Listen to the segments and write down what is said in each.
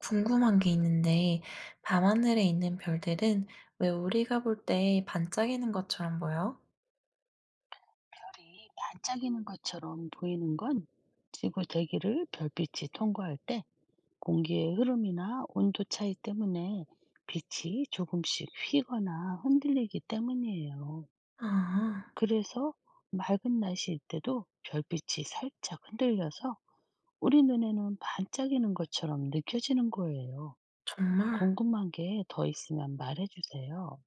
궁금한 게 있는데, 밤하늘에 있는 별들은 왜 우리가 볼 때 반짝이는 것처럼 보여? 별이 반짝이는 것처럼 보이는 건, 지구 대기를 별빛이 통과할 때 공기의 흐름이나 온도 차이 때문에 빛이 조금씩 휘거나 흔들리기 때문이에요. 아, 그래서 맑은 날씨일 때도 별빛이 살짝 흔들려서 우리 눈에는 반짝이는 것처럼 느껴지는 거예요. 정말? 궁금한 게 더 있으면 말해주세요.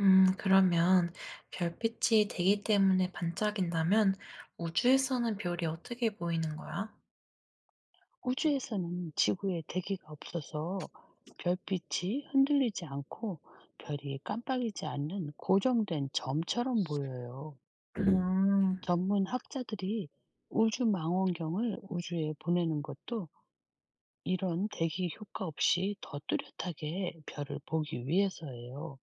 그러면 별빛이 대기 때문에 반짝인다면 우주에서는 별이 어떻게 보이는 거야? 우주에서는 지구에 대기가 없어서 별빛이 흔들리지 않고, 별이 깜빡이지 않는 고정된 점처럼 보여요. 음. 전문 학자들이 우주 망원경을 우주에 보내는 것도, 이런 대기 효과 없이 더 뚜렷하게 별을 보기 위해서예요.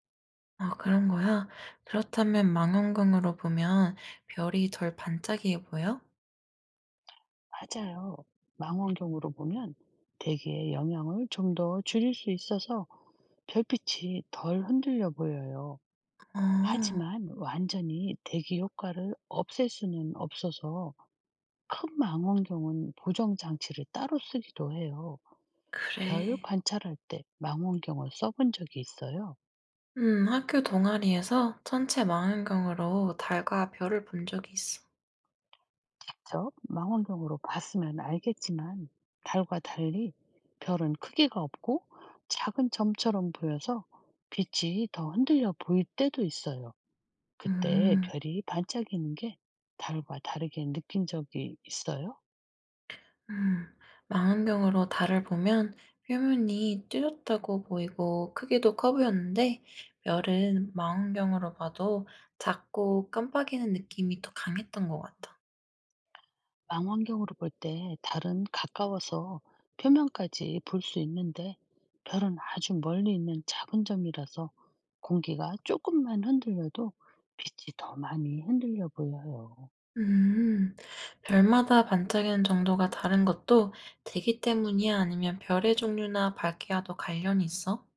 아, 그런 거야? 그렇다면 망원경으로 보면 별이 덜 반짝이게 보여? 맞아요. 망원경으로 보면 대기의 영향을 좀 더 줄일 수 있어서 별빛이 덜 흔들려 보여요. 어, 하지만 완전히 대기 효과를 없앨 수는 없어서, 큰 망원경은 보정 장치를 따로 쓰기도 해요. 별 그래. 관찰할 때 망원경을 써본 적이 있어요? 학교 동아리에서 천체 망원경으로 달과 별을 본 적이 있어. 직접 망원경으로 봤으면 알겠지만, 달과 달리 별은 크기가 없고 작은 점처럼 보여서 빛이 더 흔들려 보일 때도 있어요. 그때 음. 별이 반짝이는 게 달과 다르게 느낀 적이 있어요? 음. 망원경으로 달을 보면 표면이 찢었다고 보이고 크기도 커 보였는데 별은 망원경으로 봐도 작고 깜빡이는 느낌이 더 강했던 것 같아. 망원경으로 볼 때 달은 가까워서 표면까지 볼 수 있는데, 별은 아주 멀리 있는 작은 점이라서 공기가 조금만 흔들려도 빛이 더 많이 흔들려 보여요. 음. 별마다 반짝이는 정도가 다른 것도 대기 때문이야? 아니면 별의 종류나 밝기와도 관련이 있어?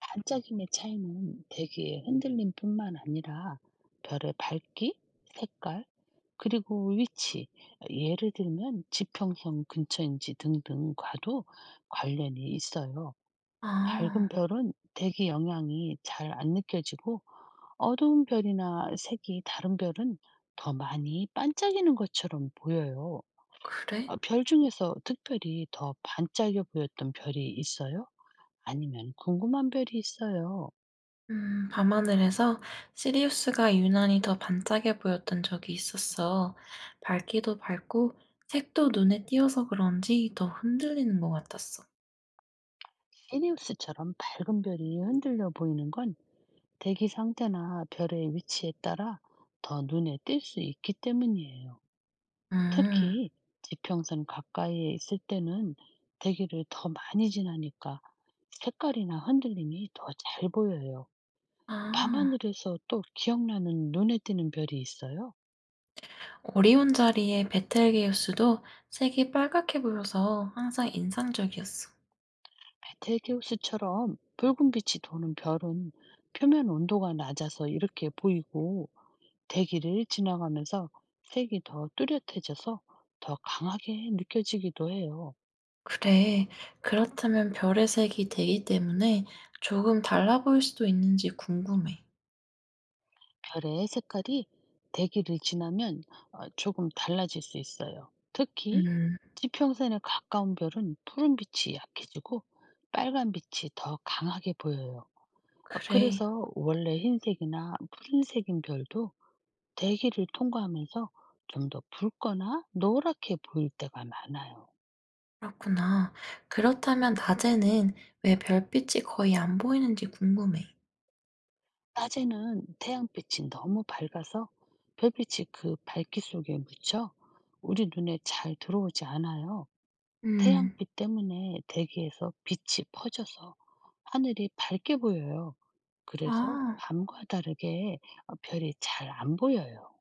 반짝임의 차이는 대기의 흔들림뿐만 아니라 별의 밝기, 색깔, 그리고 위치, 예를 들면 지평선 근처인지 등등 과도 관련이 있어요. 밝은 아, 별은 대기 영향이 잘 안 느껴지고, 어두운 별이나 색이 다른 별은 더 많이 반짝이는 것처럼 보여요. 그래? 아, 별 중에서 특별히 더 반짝여 보였던 별이 있어요? 아니면 궁금한 별이 있어요? 밤하늘에서 시리우스가 유난히 더 반짝여 보였던 적이 있었어. 밝기도 밝고 색도 눈에 띄어서 그런지 더 흔들리는 것 같았어. 시리우스처럼 밝은 별이 흔들려 보이는 건, 대기 상태나 별의 위치에 따라 더 눈에 띌 수 있기 때문이에요. 음. 특히 지평선 가까이에 있을 때는 대기를 더 많이 지나니까 색깔이나 흔들림이 더 잘 보여요. 아, 밤하늘에서 또 기억나는 눈에 띄는 별이 있어요? 오리온 자리의 베텔게우스도 색이 빨갛게 보여서 항상 인상적이었어. 베텔게우스처럼 붉은 빛이 도는 별은 표면 온도가 낮아서 이렇게 보이고, 대기를 지나가면서 색이 더 뚜렷해져서 더 강하게 느껴지기도 해요. 그래, 그렇다면 별의 색이 되기 때문에 조금 달라 보일 수도 있는지 궁금해. 별의 색깔이 대기를 지나면 조금 달라질 수 있어요. 특히 음. 지평선에 가까운 별은 푸른 빛이 약해지고 빨간 빛이 더 강하게 보여요. 어, 그래. 그래서 원래 흰색이나 푸른색인 별도 대기를 통과하면서 좀 더 붉거나 노랗게 보일 때가 많아요. 그렇구나. 그렇다면 낮에는 왜 별빛이 거의 안 보이는지 궁금해. 낮에는 태양빛이 너무 밝아서 별빛이 그 밝기 속에 묻혀 우리 눈에 잘 들어오지 않아요. 음. 태양빛 때문에 대기에서 빛이 퍼져서 하늘이 밝게 보여요. 그래서 아. 밤과 다르게 별이 잘 안 보여요.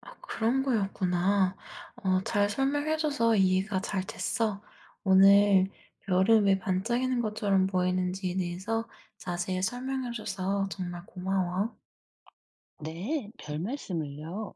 아, 그런 거였구나. 어, 잘 설명해줘서 이해가 잘 됐어. 오늘 별은 왜 반짝이는 것처럼 보이는지에 대해서 자세히 설명해줘서 정말 고마워. 네, 별 말씀을요.